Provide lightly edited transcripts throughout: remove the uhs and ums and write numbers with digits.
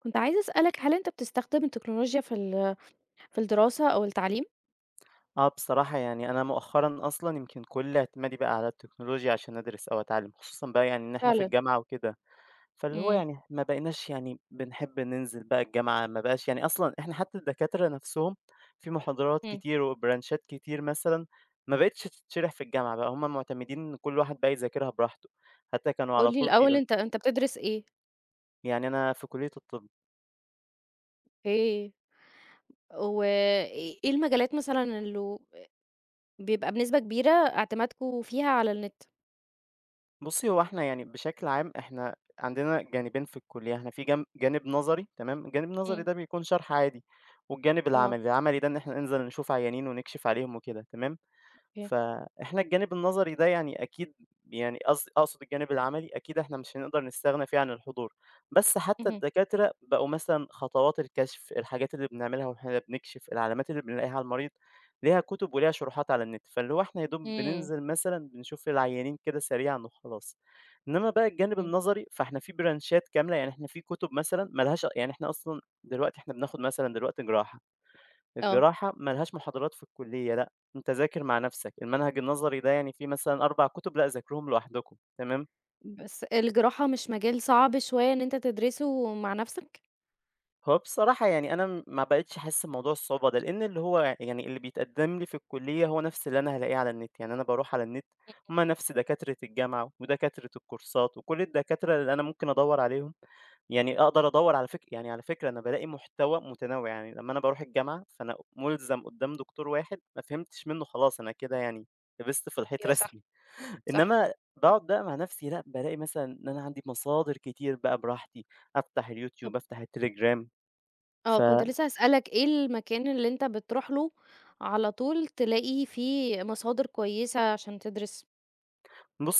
كنت عايزة أسألك هل أنت بتستخدم التكنولوجيا في الدراسة أو التعليم؟ آه، بصراحة يعني أنا مؤخرًا أصلًا يمكن كل اعتمادي بقى على التكنولوجيا عشان أدرس أو أتعلم، خصوصًا بقى يعني إن إحنا في فعلًا، الجامعة وكده، فاللي هو إمم، يعني ما بقيناش يعني بنحب ننزل بقى الجامعة، ما بقاش يعني أصلًا إحنا حتى الدكاترة نفسهم في محاضرات إمم. كتير وبرانشات كتير مثلًا ما بقتش تتشرح في الجامعة بقى، هم معتمدين إن كل واحد بقى يذاكرها براحته، حتى كانوا على قُل لي طول الأول بيقول أنت بتدرس إيه؟ يعني أنا في كلية الطب. أوكي. وإيه إيه المجالات مثلًا اللي بيبقى بنسبة كبيرة اعتمادكم فيها على النت؟ بُصّي، هو إحنا يعني بشكل عام إحنا عندنا جانبين في الكُلّية، إحنا في جانب نظري تمام، الجانب النظري إمم. ده بيكون شرح عادي، والجانب آه، العملي، العملي ده إن إحنا ننزل نشوف عيانين ونكشف عليهم وكده تمام، أوكي. فإحنا الجانب النظري ده يعني أكيد يعني أقصد الجانب العملي أكيد إحنا مش هنقدر نستغنى فيه عن الحضور، بس حتى اهم، الدكاترة بقوا مثلًا خطوات الكشف، الحاجات اللي بنعملها وإحنا بنكشف، العلامات اللي بنلاقيها على المريض، ليها كتب وليها شروحات على النت، فاللي هو إحنا يا دوب إمم، بننزل مثلًا بنشوف العيانين كده سريعًا وخلاص. إنما بقى الجانب إمم. النظري فإحنا في برانشات كاملة، يعني إحنا في كتب مثلًا ما لهاش يعني إحنا أصلًا دلوقتي إحنا بناخد مثلًا دلوقتي جراحة، آه، الجراحة ما لهاش محاضرات في الكلية لأ، أنت ذاكر مع نفسك، المنهج النظري ده يعني فيه مثلًا 4 كُتب لأ ذاكرهم لوحدكم، تمام؟ بس الجراحة مش مجال صعب شوية إن أنت تدرسه مع نفسك؟ هو بصراحة يعني أنا ما بقيتش أحس بموضوع الصعوبة ده، لإن اللي هو يعني اللي بيتقدّم لي في الكُلّية هو نفس اللي أنا هالاقيه على النت، يعني أنا باروح على النت هُم نفس دكاترة الجامعة ودكاترة الكورسات وكل الدكاترة اللي أنا ممكن أدوّر عليهم، يعني أقدر أدوّر على فك يعني على فكرة أنا بالاقي محتوى متنوع، يعني لمّا أنا باروح الجامعة فأنا مُلزم قُدّام دكتور واحد ما فهمتش منّه خلاص أنا كده يعني لبست في الحيط أيوه، صح، رسمي، صح. إنّما باقعد بقى مع نفسي لأ، بالاقي مثلًا إن أنا عندي مصادر كتير بقى براحتي، أفتح طب اليوتيوب، أفتح التليجرام. كنت فبُصّي، لسه هاسألك إيه المكان اللي أنت بتروح له على طول تلاقي فيه مصادر كويسة عشان تدرس؟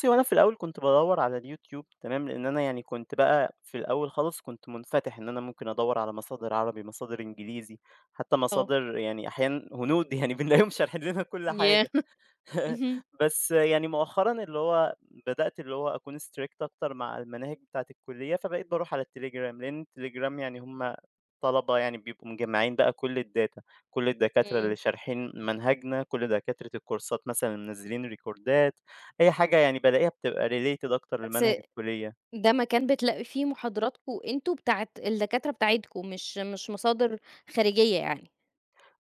هو أنا في الأول كنت بادوّر على اليوتيوب تمام، لإن أنا يعني كنت بقى في الأول خالص كنت منفتح إن أنا ممكن أدوّر على مصادر عربي، مصادر إنجليزي، حتى آه، مصادر يعني أحيانًا هنود يعني بنلاقيهم شارحين لنا كل ياه! حاجة. اهم. بس يعني مؤخرًا اللي هو بدأت اللي هو أكون strict أكتر مع المناهج بتاعة الكلية، فبقيت باروح على التليجرام، لأن التليجرام يعني هم طلبة يعني بيبقوا مجمّعين بقى كل الdata، كل الدكاترة إمم، اللي شارحين منهجنا، كل دكاترة الكورسات مثلًا اللي منزّلين ريكوردات، أي حاجة يعني بالاقيها بتبقى related أكتر بس لمنهج الكلية. ده مكان بتلاقي فيه محاضراتكم أنتم بتاعة الدكاترة بتاعتكم، مش مصادر خارجية يعني؟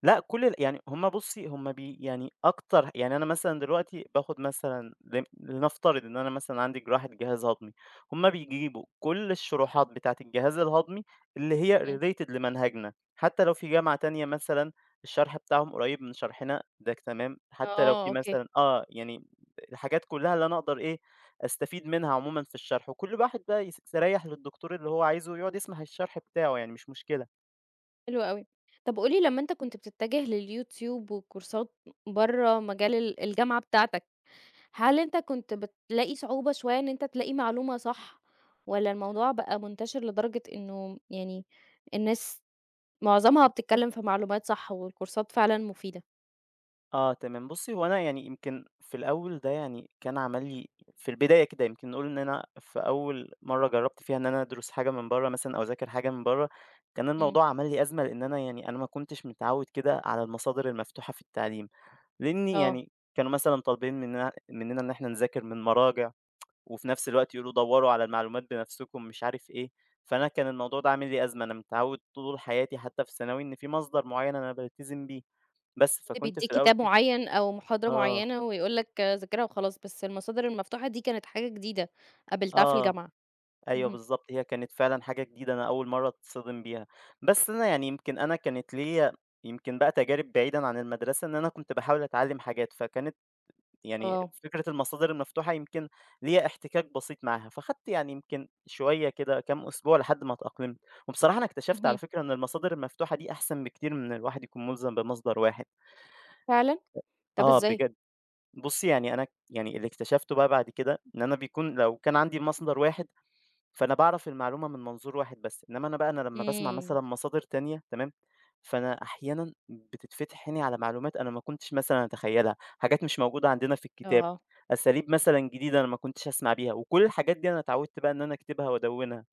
لأ كل ال يعني هم بُصّي، هم بي يعني أكتر يعني أنا مثلًا دلوقتي باخد مثلًا لن لنفترض إن أنا مثلًا عندي جراحة جهاز هضمي، هم بيجيبوا كل الشروحات بتاعة الجهاز الهضمي اللي هي إمم. related لمنهجنا، حتى لو في جامعة تانية مثلًا الشرح بتاعهم قريب من شرحنا ده تمام، حتى لو آه، في أوكي، مثلًا آه، يعني الحاجات كلها اللي أنا أقدر إيه، أستفيد منها عمومًا في الشرح، وكل واحد بقى يريّح للدكتور اللي هو عايزه ويقعد يسمع الشرح بتاعه يعني مش مشكلة. حلو أوي. طب قُل لي لمّا أنت كنت بتتجه للYouTube وكورسات برّه مجال الجامعة بتاعتك، هل أنت كنت بتلاقي صعوبة شوية إن أنت تلاقي معلومة صح، والّا الموضوع بقى منتشر لدرجة إنه يعني الناس معظمها بتتكلم في معلومات صح، والكورسات فعلًا مفيدة؟ آه تمام، بُصّي هو أنا يعني يمكن في الأول ده يعني كان عمل لي في البداية كده يمكن نقول إن أنا في أول مرّة جرّبت فيها إن أنا أدرس حاجة من برّه مثلًا أو أذاكر حاجة من برّه، كان إمم، الموضوع عمل لي أزمة لإن أنا يعني أنا ما كنتش متعوّد كده على المصادر المفتوحة في التعليم، لإني آه. يعني كانوا مثلًا طالبين مننا إن إحنا نذاكر من مراجع، وفي نفس الوقت يقولوا دوّروا على المعلومات بنفسكم مش عارف إيه، فأنا كان الموضوع ده عامل لي أزمة، أنا متعوّد طول حياتي حتى في ثانوي إن في مصدر معيّن أنا بالتزم بيه، بس حد فكنت بيدّيك في الأول كتاب كده معين أو محاضرة آه. معينة ويقول لك ذاكرها وخلاص، بس المصادر المفتوحة دي كانت حاجة جديدة قابلتها في آه، الجامعة. أيوه اهم. بالضبط، هي كانت فعلًا حاجة جديدة أنا أول مرّة أتصدِم بيها، بس أنا يعني يمكن أنا كانت ليّا يمكن بقى تجارب بعيدًا عن المدرسة، إن أنا كنت باحاول أتعلّم حاجات، فكانت يعني آه. فكرة المصادر المفتوحة يمكن ليّا احتكاك بسيط معاها، فخدت يعني يمكن شوية كده كام أسبوع لحد ما اتأقلمت، وبصراحة أنا اكتشفت على اهم، فكرة إن المصادر المفتوحة دي أحسن بكتير من إن الواحد يكون مُلزَم بمصدر واحد. فعلًا؟ طب آه إزاي؟ بجد، بُصّي يعني أنا يعني اللي اكتشفته بقى بعد كده، إن أنا بيكون لو كان عندي مصدر واحد فأنا باعرف المعلومة من منظور واحد بس، إنما أنا بقى أنا لمّا باسمع إمم، مثلًا مصادر تانية تمام، فأنا أحيانًا بتتفتح عيني على معلومات أنا ما كنتش مثلًا أتخيّلها، حاجات مش موجودة عندنا في الكتاب، آه، أساليب مثلًا جديدة أنا ما كنتش أسمع بيها، وكل الحاجات دي أنا اتعودت بقى إن أنا أكتبها وأدوّنها.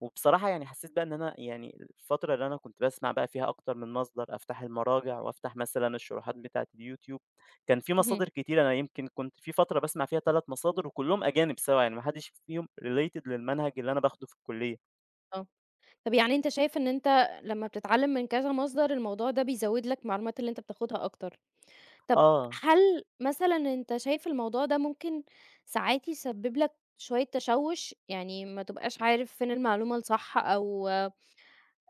وبصراحة يعني حسيت بقى إن أنا يعني الفترة اللي أنا كنت باسمع بقى فيها أكتر من مصدر، أفتح المراجع وأفتح مثلًا الشروحات بتاعة اليوتيوب، كان في اهم. مصادر كتير أنا يمكن كنت في فترة باسمع فيها 3 مصادر وكلّهم أجانب سوا، يعني ما حدش فيهم related للمنهج اللي أنا باخده في الكلية. آه. طب يعني أنت شايف إن أنت لمّا بتتعلّم من كذا مصدر، الموضوع ده بيزوّد لك المعلومات اللي أنت بتاخدها أكتر. طب آه، هل مثلًا أنت شايف الموضوع ده ممكن ساعات يسبب لك شوية تشوُّش، يعني ما تبقاش عارف فين المعلومة الصح، أو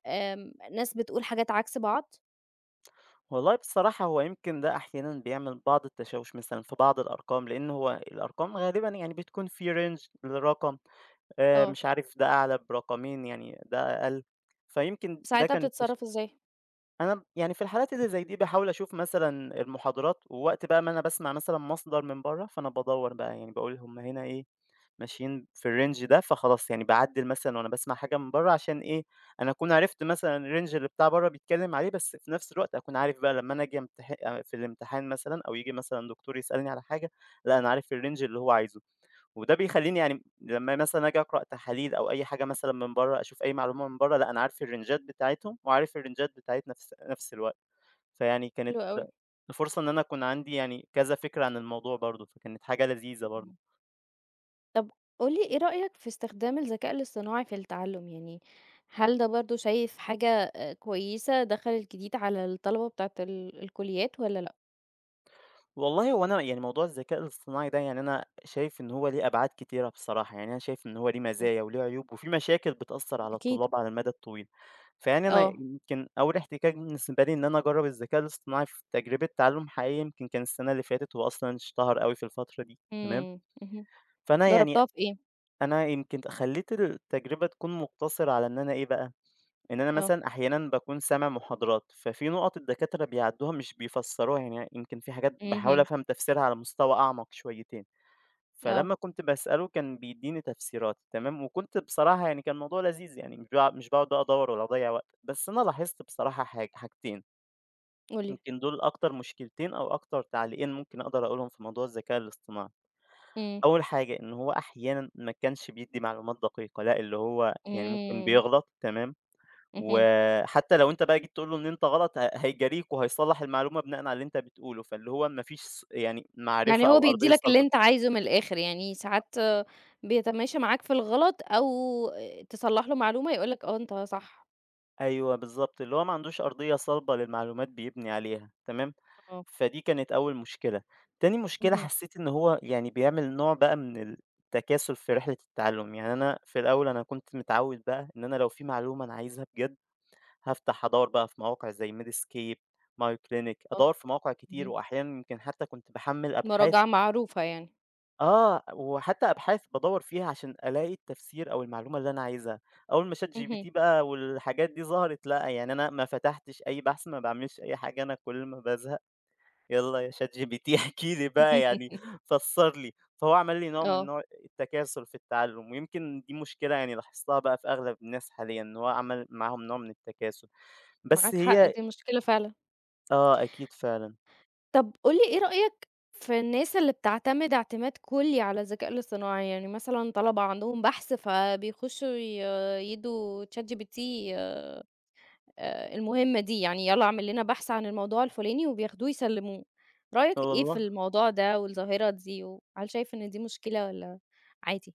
ناس بتقول حاجات عكس بعض؟ والله بصراحة هو يمكن ده أحيانًا بيعمل بعض التشاوُش مثلًا في بعض الأرقام، لإن هو الأرقام غالبًا يعني بتكون في range للرقم، آه، مش عارف ده أعلى برقمين يعني ده أقل، فيمكن ده ساعتها كان بتتصرّف إزاي؟ أنا يعني في الحالات اللي زي دي باحاول أشوف مثلًا المحاضرات، ووقت بقى ما أنا باسمع مثلًا مصدر من برّه، فأنا بادوّر بقى يعني باقول هُم هنا إيه ماشيين في الrange ده، فخلاص يعني باعدّل مثلًا وأنا باسمع حاجة من برّه عشان إيه، أنا أكون عرفت مثلًا الrange اللي بتاع برّه بيتكلّم عليه، بس في نفس الوقت أكون عارف بقى لمّا أنا آجي أمتح في الامتحان مثلًا أو ييجي مثلًا دكتور يسألني على حاجة، لأ أنا عارف الrange اللي هو عايزه. وده بيخلّيني يعني لمّا مثلًا آجي أقرأ تحاليل أو أي حاجة مثلًا من برّه، أشوف أي معلومة من برّه، لأ أنا عارف الرنجات بتاعتهم وعارف الرنجات بتاعتنا في نفس الوقت. فيعني كانت حلو أوي. فرصة إن أنا أكون عندي يعني كذا فكرة عن الموضوع برضه، فكانت حاجة لذيذة برضه. إمم. طب قُل لي إيه رأيك في استخدام الذكاء الاصطناعي في التعلُّم، يعني هل ده برضه شايف حاجة كويسة دخَلِت جديد على الطلبة بتاعة الكُلّيات والّا لأ؟ والله هو أنا يعني موضوع الذكاء الاصطناعي ده يعني أنا شايف إن هو ليه أبعاد كتيرة بصراحة، يعني أنا شايف إن هو ليه إمم، مزايا وليه عيوب وفيه مشاكل بتأثّر على أكيد، الطلاب على المدى الطويل، فيعني أنا آه، يمكن أول احتكاك بالنسبة لي إن أنا أجرّب الذكاء الاصطناعي في تجربة تعلُّم حقيقي يمكن كان السنة اللي فاتت، هو أصلًا اشتهر أوي في الفترة دي تمام، إمم، اهم، فأنا يعني جرّبتها في إيه؟ أنا يمكن خلّيت التجربة تكون مقتصرة على إن أنا إيه بقى إن أنا آه، مثلًا أحيانًا باكون سامع محاضرات، ففي نُقَط الدكاترة بيعدّوها مش بيفسّروها، يعني يمكن في حاجات باحاول اهم، أفهم تفسيرها على مستوى أعمق شويتين، آه، فلمّا كنت باسأله كان بيدّيني تفسيرات تمام، وكنت بصراحة يعني كان الموضوع لذيذ يعني مش باقعد بقى أدوّر ولا أضيّع وقت، بس أنا لاحظت بصراحة حاجتين، قُل لي، يمكن دول أكتر مشكلتين أو أكتر تعليقين ممكن أقدر أقولهم في موضوع الذكاء الاصطناعي، إمم، أول حاجة إن هو أحيانًا ما كانش بيدّي معلومات دقيقة، لأ اللي هو يعني ممكن إمم، بيغلط تمام. اهم، وحتى لو أنت بقى جيت تقول له إن أنت غلط هيجاريك وهيصلّح المعلومة بناءً على اللي أنت بتقوله، فاللي هو ما فيش يعني يعني معرفة هو أو بيدّي أرضية لك اللي صلبة. أنت عايزه من الآخِر، يعني ساعات بيتماشى معاك في الغلط، أو تصلّح له معلومة يقول لك: آه، أنت صح، أيوه بالضبط، اللي هو ما عندوش أرضية صلبة للمعلومات بيبني عليها، تمام؟ آه، فدي كانت أول مشكلة. تاني مشكلة اهم، حسيت إن هو يعني بيعمل نوع بقى من التكاسل في رحلة التعلم، يعني أنا في الأول أنا كنت متعود بقى إن أنا لو في معلومة أنا عايزها بجد هافتح أدوّر بقى في مواقع زي Medscape، MyClinic، آه، أدوّر في مواقع كتير اهم، وأحيانًا يمكن حتى كنت باحمّل أبحاث مراجعة معروفة يعني. آه، وحتى أبحاث بادوّر فيها عشان ألاقي التفسير أو المعلومة اللي أنا عايزها. أول ما اهم. ChatGPT بقى والحاجات دي ظهرت، لأ، يعني أنا ما فتحتش أي بحث، ما باعملش أي حاجة، أنا كل ما بازهق يالّا يا ChatGPT احكِ لي بقى يعني فسّر لي. فهو عمل لي نوع من آه، نوع التكاسل في التعلُّم، ويمكن دي مشكلة يعني لاحظتها بقى في أغلب الناس حاليًا، إن هو عمل معاهم نوع من التكاسل. بس معاك حق، هي دي مشكلة فعلًا. آه، أكيد فعلًا. طب قُل لي إيه رأيك في الناس اللي بتعتمد اعتماد كلّي على الذكاء الاصطناعي؟ يعني مثلًا طلبة عندهم بحث فبيخشوا يدّوا ChatGPT آآ المهمة دي، يعني يالّا اعمل لنا بحث عن الموضوع الفلاني وبياخدوه يسلّموه. رأيك آه إيه في والله. الموضوع ده والظاهرة دي، وهل شايف إن دي مشكلة والّا عادي؟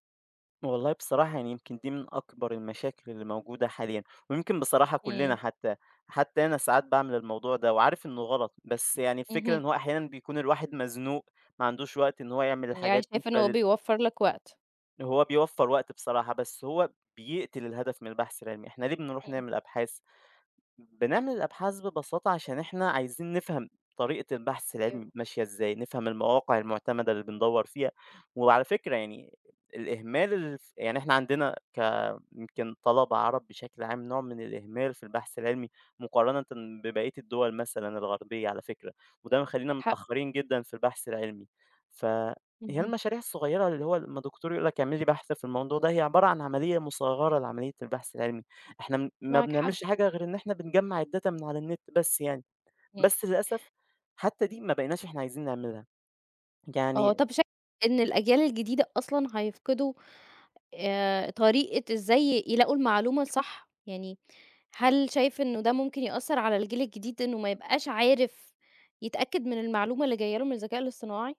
والله بصراحة يعني يمكن دي من أكبر المشاكل اللي موجودة حاليًا، ويمكن بصراحة كلنا إمم، حتى، أنا ساعات باعمل الموضوع ده وعارف إنه غلط، بس يعني الفكرة اهم. إن هو أحيانًا بيكون الواحد مزنوق ما عندوش وقت إن هو يعمل يعني الحاجات دي، شايف إن هو بيوفّر لك وقت. هو بيوفّر وقت بصراحة، بس هو بيقتل الهدف من البحث العلمي، إحنا ليه بنروح إمم، نعمل أبحاث؟ بنعمل الأبحاث ببساطة عشان إحنا عايزين نفهم طريقة البحث أيوه، العلمي ماشية إزاي، نفهم المواقع المعتمدة اللي بندور فيها، وعلى فكرة يعني الإهمال يعني إحنا عندنا يمكن طلبة عرب بشكل عام نوع من الإهمال في البحث العلمي مقارنة ببقية الدول مثلا الغربية على فكرة، وده مخلينا معاك حق. متأخرين جدا في البحث العلمي. ف هي اهم، المشاريع الصغيرة اللي هو لما دكتور يقول لك اعملي بحث في الموضوع ده هي عبارة عن عملية مصغرة لعملية البحث العلمي، إحنا ما معاك حق. بنعملش حاجة غير إن إحنا بنجمّع الdata من على النت بس يعني، إمم. بس للأسف حتى دي ما بقيناش إحنا عايزين نعملها، آه، يعني. طب شايف إن الأجيال الجديدة أصلًا هيفقدوا طريقة إزاي يلاقوا المعلومة الصح؟ يعني هل شايف إنه ده ممكن يأثّر على الجيل الجديد إنه ما يبقاش عارف يتأكد من المعلومة اللي جاية له من الذكاء الاصطناعي؟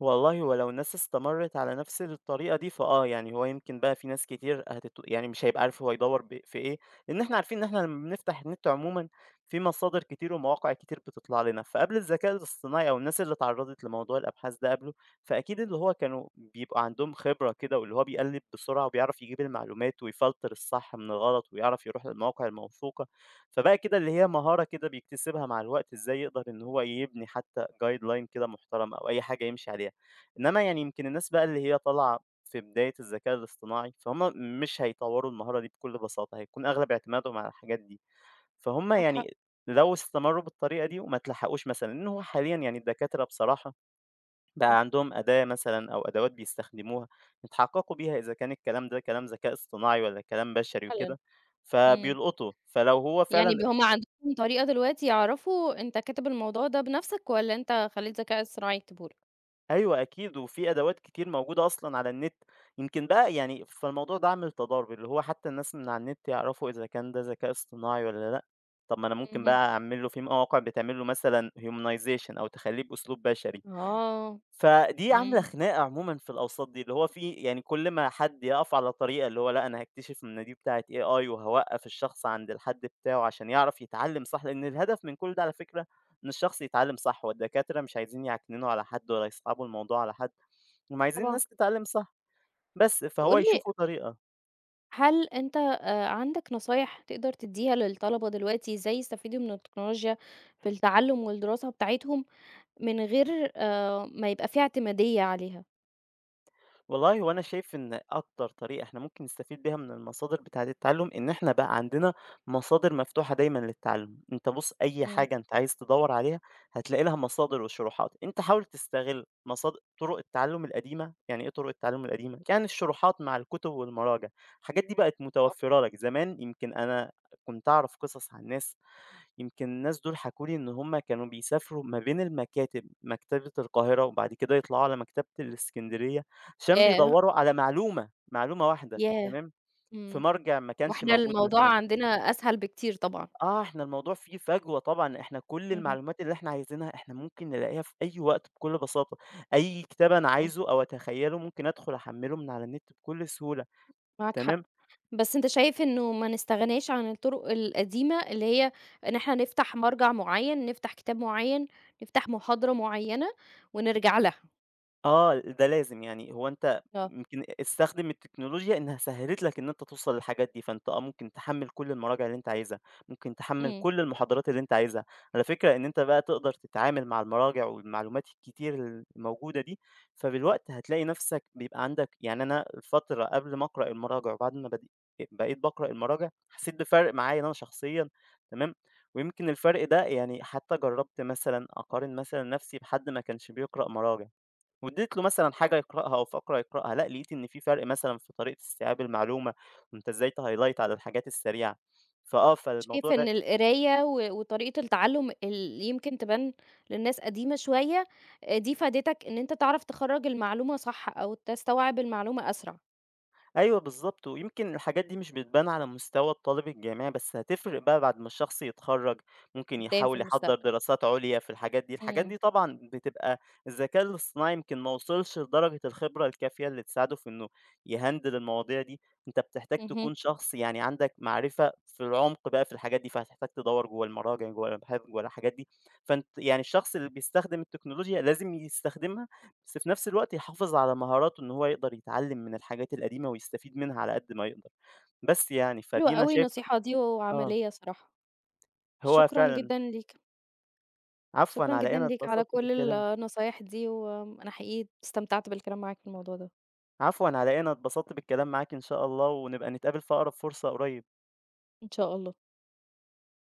والله هو لو الناس استمرت على نفس الطريقة دي فآه، يعني هو يمكن بقى في ناس كتير يعني مش هيبقى عارف هو يدوّر في إيه، لإن إحنا عارفين إن إحنا لمّا بنفتح النت عمومًا في مصادر كتير ومواقع كتير بتطلع لنا، فقبل الذكاء الاصطناعي أو الناس اللي اتعرّضت لموضوع الأبحاث ده قبله، فأكيد اللي هو كانوا بيبقى عندهم خبرة كده واللي هو بيقلِّب بسرعة وبيعرف يجيب المعلومات ويفلتر الصح من الغلط ويعرف يروح للمواقع الموثوقة، فبقى كده اللي هي مهارة كده بيكتسبها مع الوقت إزاي يقدر إن هو يبني حتى guideline كده محترم أو أي حاجة يمشي عليها. إنما يعني يمكن الناس بقى اللي هي طالعة في بداية الذكاء الاصطناعي، فهُم مش هيطوّروا المهارة دي بكل بساطة، هيكون أغلب اعتمادهم على الحاجات دي، فهُم معاك حق. يعني لو استمروا بالطريقة دي وما اتلحقوش مثلًا، لإن هو حاليًا يعني الدكاترة بصراحة آه، بقى عندهم أداة مثلًا أو أدوات بيستخدموها يتحققوا بيها إذا كان الكلام ده كلام ذكاء اصطناعي والّا كلام بشري فعلًا، وكده، إمم، فبيلقطوا، فلو هو يعني فعلًا هُم عندهم طريقة دلوقتي يعرفوا أنت كاتب الموضوع ده بنفسك والّا أنت خلّيت الذكاء الاصطناعي يكتبه لك؟ أيوه أكيد، وفي أدوات كتير موجودة أصلًا على النت، يمكن بقى يعني فالموضوع ده عامل تضارب، اللي هو حتى الناس من على النت يعرفوا إذا كان ده ذكاء اصطناعي والّا لأ، طب ما أنا ممكن اهم، بقى أعمل له في مواقع بتعمل له مثلًا humanization أو تخلّيه بأسلوب بشري. آه، فدي عاملة إمم، خناقة عمومًا في الأوساط دي، اللي هو في يعني كل ما حد يقف على طريقة اللي هو لأ أنا هاكتشف إن دي بتاعة AI وهاوقّف الشخص عند الحد بتاعه عشان يعرف يتعلم صح، لإن الهدف من كل ده على فكرة إن الشخص يتعلم صح، والدكاترة مش عايزين يعكننوا على حد ولا يصعبوا الموضوع على حد، هُم عايزين طبعًا. الناس تتعلم صح، بس فهو وقُل لي، يشوفوا طريقة. هل أنت عندك نصايح تقدر تدّيها للطلبة دلوقتي إزاي يستفيدوا من التكنولوجيا في التعلُّم والدراسة بتاعتهم من غير ما يبقى في اعتمادية عليها؟ والله هو أنا شايف إن أكتر طريقة إحنا ممكن نستفيد بيها من المصادر بتاعة التعلم إن إحنا بقى عندنا مصادر مفتوحة دايما للتعلم، أنت بُص أي إمم. حاجة أنت عايز تدوّر عليها هتلاقي لها مصادر وشروحات، أنت حاول تستغل طرق التعلم القديمة، يعني إيه طرق التعلم القديمة؟ يعني الشروحات مع الكتب والمراجع، الحاجات دي بقت متوفرة لك، زمان يمكن أنا كنت أعرف قصص عن ناس، يمكن الناس دول حكوا لي إن هم كانوا بيسافروا ما بين المكاتب، مكتبة القاهرة وبعد كده يطلعوا على مكتبة الإسكندرية، عشان ياه! بيدوّروا على معلومة، معلومة واحدة ياه! تمام، في إمم. مرجع ما كانش وإحنا موجود الموضوع مثلًا. عندنا أسهل بكتير طبعًا. آه، إحنا الموضوع فيه فجوة طبعًا، إحنا كل اهم. المعلومات اللي إحنا عايزينها إحنا ممكن نلاقيها في أي وقت بكل بساطة، أي كتاب أنا آه، عايزه أو أتخيّله ممكن أدخل أحمّله من على النت بكل سهولة، معاك حق. تمام. بس أنت شايف إنه ما نستغناش عن الطُرق القديمة، اللي هي إن إحنا نفتح مَرجع معيّن، نفتح كتاب معيّن، نفتح محاضرة معيّنة ونرجع لها. آه، ده لازم، يعني هو أنت آه. يمكن استخدم التكنولوجيا إنها سهّلت لك إن أنت توصل للحاجات دي، فأنت آه، ممكن تحمّل كل المراجع اللي أنت عايزها، ممكن تحمّل إمم. كل المحاضرات اللي أنت عايزها. على فكرة إن أنت بقى تقدر تتعامل مع المراجع والمعلومات الكتير الموجودة دي، فبالوقت هتلاقي نَفْسك بيبقى عندك، يعني أنا فترة قبل ما أقرأ المراجع وبعد ما بدأ بقيت باقرأ المراجع، حسّيت بفرق معايا أنا شخصيًا تمام، ويمكن الفرق ده يعني حتى جرّبت مثلًا أقارن مثلًا نَفْسي بحد ما كانش بيقرأ مراجع. واديت له مثلًا حاجة يقرأها أو فقرة يقرأها، لأ لقيت إن في فرق مثلًا في طريقة استيعاب المعلومة، وأنت إزاي تhighlight على الحاجات السريعة. فآه، شايف فالموضوع إن ده القراية وطريقة التعلُّم اللي يمكن تبان للناس قديمة شوية، دي فادتك إن أنت تعرف تخرّج المعلومة صح، أو تستوعب المعلومة أسرع أيوه بالضبط، ويمكن الحاجات دي مش بتبان على مستوى الطالب الجامعي، بس هتفرق بقى بعد ما الشخص يتخرّج، ممكن قدّام في يحاول يحضّر المستقبل. دراسات عُليا في الحاجات دي، الحاجات إمم، دي طبعًا بتبقى. الذكاء الاصطناعي يمكن ما وصلش لدرجة الخبرة الكافية اللي تساعده في إنه يهندل المواضيع دي، أنت بتحتاج اهم، تكون شخص يعني عندك معرفة في العُمق بقى في الحاجات دي، فهتحتاج تدوّر جوّه المراجع، جوّه الأبحاث، جوّه الحاجات دي، فأنت يعني الشخص اللي بيستخدم التكنولوجيا لازم يستخدمها بس في نفس الوقت يحافظ على مهاراته إن هو يقدر يتعلّم من الحاجات القديمة ويستفيد منها على قد ما يقدر، بس يعني حلوة فدي أنا أوي شايف. النصيحة دي، آه، وعملية صراحة. هو شكرًا فعلًا جدًا ليك، عفوًا شكرًا على إيه، جدًا أنا ليك على اتبسطت كل بالكلام. النصايح دي، وآمم أنا حقيقي استمتعت بالكلام معاك في الموضوع ده، عفوًا على إيه، أنا اتبسطت بالكلام معاك، إن شاء الله ونبقى نتقابل في أقرب فرصة قريب. إن شاء الله.